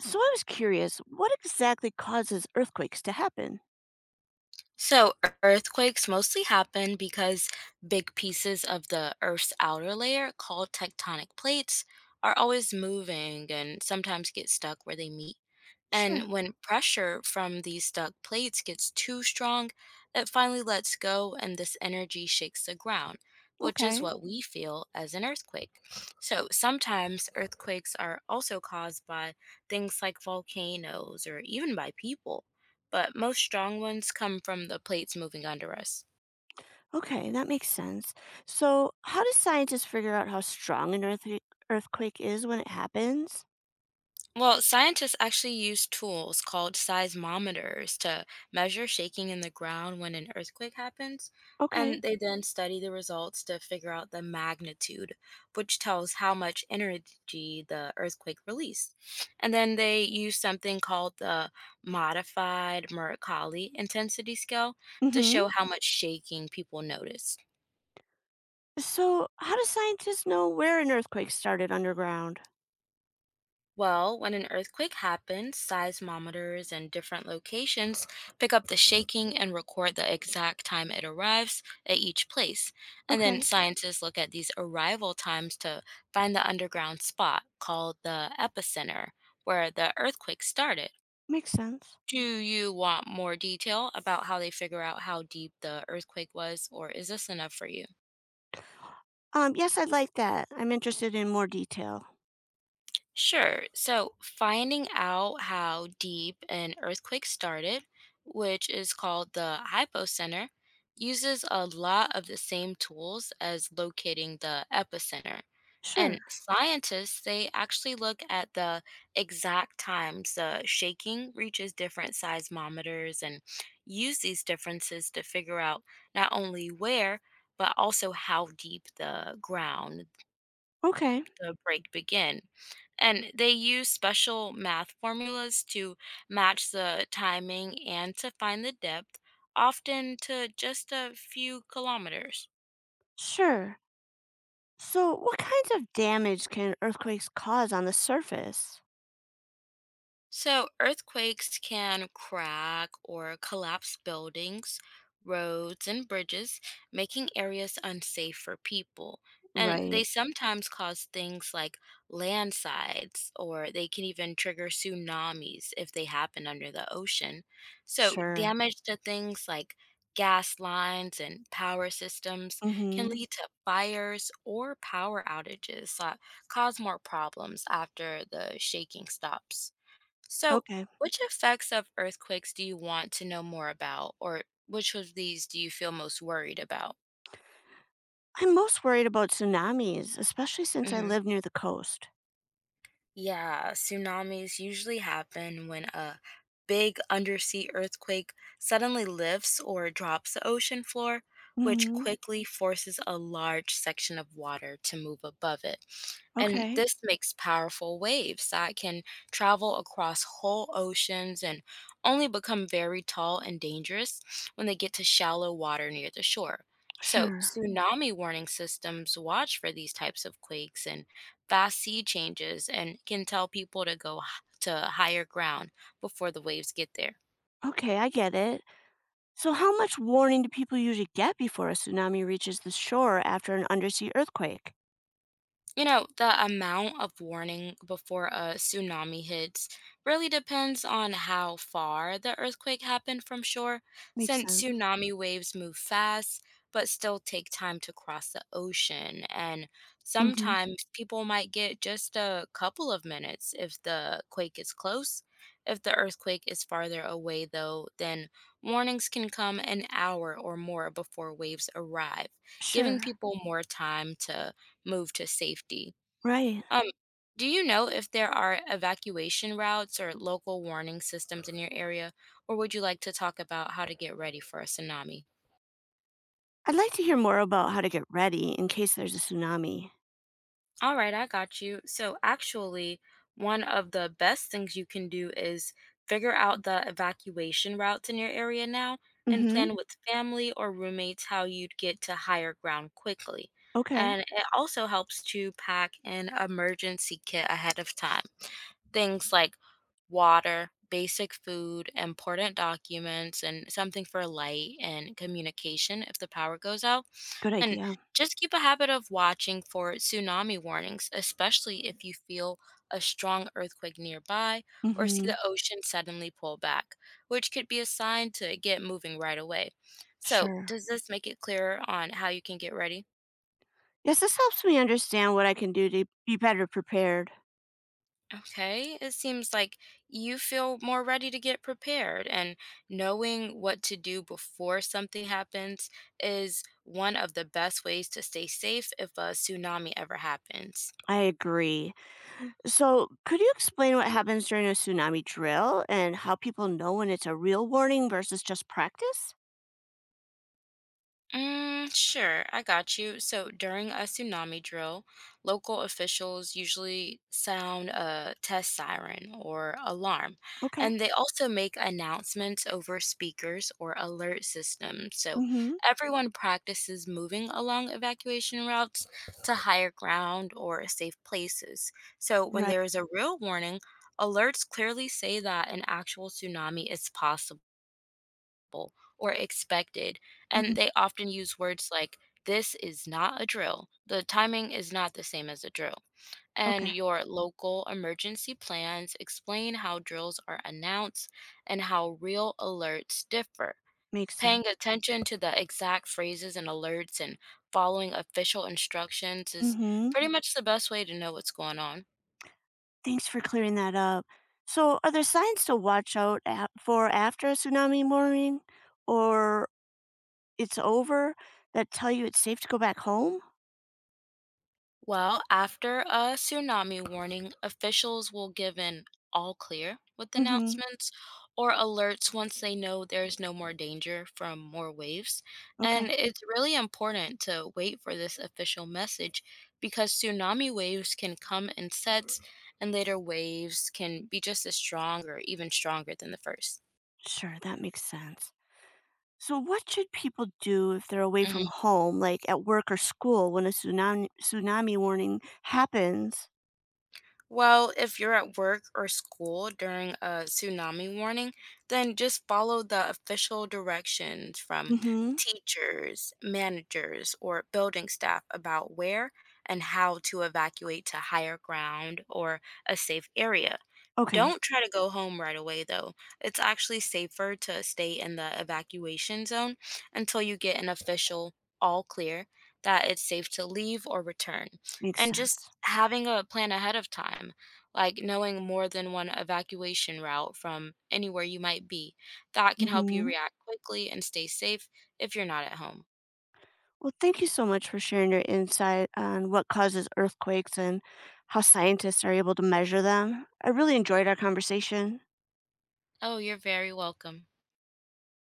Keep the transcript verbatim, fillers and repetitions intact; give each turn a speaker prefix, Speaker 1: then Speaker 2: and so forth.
Speaker 1: So I was curious, what exactly causes earthquakes to happen?
Speaker 2: So ear- earthquakes mostly happen because big pieces of the Earth's outer layer, called tectonic plates, are always moving and sometimes get stuck where they meet. And
Speaker 1: Sure.
Speaker 2: when pressure from these stuck plates gets too strong, it finally lets go and this energy shakes the ground, which is
Speaker 1: Okay.
Speaker 2: what we feel as an earthquake. So sometimes earthquakes are also caused by things like volcanoes or even by people, but most strong ones come from the plates moving under us.
Speaker 1: Okay, that makes sense. So, how do scientists figure out how strong an earth- earthquake is when it happens?
Speaker 2: Well, scientists actually use tools called seismometers to measure shaking in the ground when an earthquake happens, and
Speaker 1: Okay.
Speaker 2: they then study the results to figure out the magnitude, which tells how much energy the earthquake released. And then they use something called the modified Mercalli intensity scale to
Speaker 1: Mhm.
Speaker 2: show how much shaking people noticed.
Speaker 1: So, how do scientists know where an earthquake started underground?
Speaker 2: Well, when an earthquake happens, seismometers in different locations pick up the shaking and record the exact time it arrives at each place. And then
Speaker 1: Okay,
Speaker 2: scientists look at these arrival times to find the underground spot called the epicenter where the earthquake started.
Speaker 1: makes sense.
Speaker 2: Do you want more detail about how they figure out how deep the earthquake was, or is this enough for you?
Speaker 1: Um, yes, I'd like that. I'm interested in more detail.
Speaker 2: Sure. So, finding out how deep an earthquake started, which is called the hypocenter, uses a lot of the same tools as locating the epicenter.
Speaker 1: Sure.
Speaker 2: And scientists, they actually look at the exact times the shaking reaches different seismometers and use these differences to figure out not only where, but also how deep the ground,
Speaker 1: Okay.
Speaker 2: the break begin. And they use special math formulas to match the timing and to find the depth, often to just a few kilometers.
Speaker 1: Sure. So, what kinds of damage can earthquakes cause on the surface?
Speaker 2: So, earthquakes can crack or collapse buildings, roads, and bridges, making areas unsafe for people. And they
Speaker 1: Right.
Speaker 2: sometimes cause things like landslides, or they can even trigger tsunamis if they happen under the ocean. So,
Speaker 1: Sure.
Speaker 2: damage to things like gas lines and power systems can
Speaker 1: Mhm.
Speaker 2: lead to fires or power outages that cause more problems after the shaking stops. So,
Speaker 1: Okay.
Speaker 2: which effects of earthquakes do you want to know more about, or which of these do you feel most worried about?
Speaker 1: I'm most worried about tsunamis, especially since I
Speaker 2: Mm-hmm.
Speaker 1: live near the coast.
Speaker 2: Yeah, tsunamis usually happen when a big undersea earthquake suddenly lifts or drops the ocean floor, which
Speaker 1: Mhm.
Speaker 2: quickly forces a large section of water to move above it. And
Speaker 1: Okay.
Speaker 2: this makes powerful waves that can travel across whole oceans and only become very tall and dangerous when they get to shallow water near the shore. So,
Speaker 1: Sure.
Speaker 2: tsunami warning systems watch for these types of quakes and fast sea changes and can tell people to go h- to higher ground before the waves get there.
Speaker 1: Okay, I get it. So how much warning do people usually get before a tsunami reaches the shore after an undersea earthquake?
Speaker 2: You know, the amount of warning before a tsunami hits really depends on how far the earthquake happened from shore,
Speaker 1: Makes
Speaker 2: since
Speaker 1: sense.
Speaker 2: tsunami waves move fast but still take time to cross the ocean. And
Speaker 1: Mhm.
Speaker 2: sometimes people might get just a couple of minutes if the quake is close. If the earthquake is farther away, though, then warnings can come an hour or more before waves arrive, giving
Speaker 1: Sure.
Speaker 2: people more time to move to safety.
Speaker 1: Right.
Speaker 2: Um, do you know if there are evacuation routes or local warning systems in your area, or would you like to talk about how to get ready for a tsunami?
Speaker 1: I'd like to hear more about how to get ready in case there's a tsunami.
Speaker 2: All right, I got you. So, actually, one of the best things you can do is figure out the evacuation routes in your area now and
Speaker 1: Mhm.
Speaker 2: plan with family or roommates how you'd get to higher ground quickly.
Speaker 1: Okay.
Speaker 2: And it also helps to pack an emergency kit ahead of time. Things like water, basic food, important documents, and something for light and communication if the power goes out.
Speaker 1: Good
Speaker 2: And
Speaker 1: idea.
Speaker 2: just keep a habit of watching for tsunami warnings, especially if you feel a strong earthquake nearby or see the
Speaker 1: Mhm.
Speaker 2: ocean suddenly pull back, which could be a sign to get moving right away. So,
Speaker 1: Sure.
Speaker 2: does this make it clearer on how you can get ready?
Speaker 1: Yes, this helps me understand what I can do to be better prepared.
Speaker 2: Okay, it seems like you feel more ready to get prepared, and knowing what to do before something happens is one of the best ways to stay safe if a tsunami ever happens.
Speaker 1: I agree. So, could you explain what happens during a tsunami drill and how people know when it's a real warning versus just practice?
Speaker 2: Mm, sure, I got you. So during a tsunami drill, local officials usually sound a test siren or alarm,
Speaker 1: Okay.
Speaker 2: and they also make announcements over speakers or alert systems. So
Speaker 1: Mm-hmm.
Speaker 2: everyone practices moving along evacuation routes to higher ground or safe places. So when
Speaker 1: Right.
Speaker 2: there is a real warning, alerts clearly say that an actual tsunami is possible acceptable or expected, and
Speaker 1: Mm-hmm.
Speaker 2: they often use words like, "This is not a drill." The timing is not the same as a drill. And
Speaker 1: Okay.
Speaker 2: your local emergency plans explain how drills are announced and how real alerts differ.
Speaker 1: Makes
Speaker 2: Paying
Speaker 1: sense.
Speaker 2: attention to the exact phrases and alerts and following official instructions is
Speaker 1: Mm-hmm.
Speaker 2: pretty much the best way to know what's going on.
Speaker 1: Thanks for clearing that up. So, are there signs to watch out a for after a tsunami warning or it's over that tell you it's safe to go back home?
Speaker 2: Well, after a tsunami warning, officials will give an all clear with
Speaker 1: Mm-hmm.
Speaker 2: announcements or alerts once they know there's no more danger from more waves.
Speaker 1: Okay.
Speaker 2: And it's really important to wait for this official message because tsunami waves can come in sets, and later waves can be just as strong or even stronger than the first.
Speaker 1: Sure. That makes sense. So, what should people do if they're away from home, like at work or school, when a tsunami tsunami warning happens?
Speaker 2: Well, if you're at work or school during a tsunami warning, then just follow the official directions from
Speaker 1: Hmm.
Speaker 2: teachers, managers, or building staff about where and how to evacuate to higher ground or a safe area.
Speaker 1: Okay,
Speaker 2: Don't try to go home right away, though. It's actually safer to stay in the evacuation zone until you get an official all clear that it's safe to leave or return.
Speaker 1: makes
Speaker 2: And just
Speaker 1: sense.
Speaker 2: having a plan ahead of time, like knowing more than one evacuation route from anywhere you might be, that can help you
Speaker 1: Hmm.
Speaker 2: react quickly and stay safe if you're not at home.
Speaker 1: Well, thank you so much for sharing your insight on what causes earthquakes and how scientists are able to measure them. I really enjoyed our conversation.
Speaker 2: Oh, you're very welcome.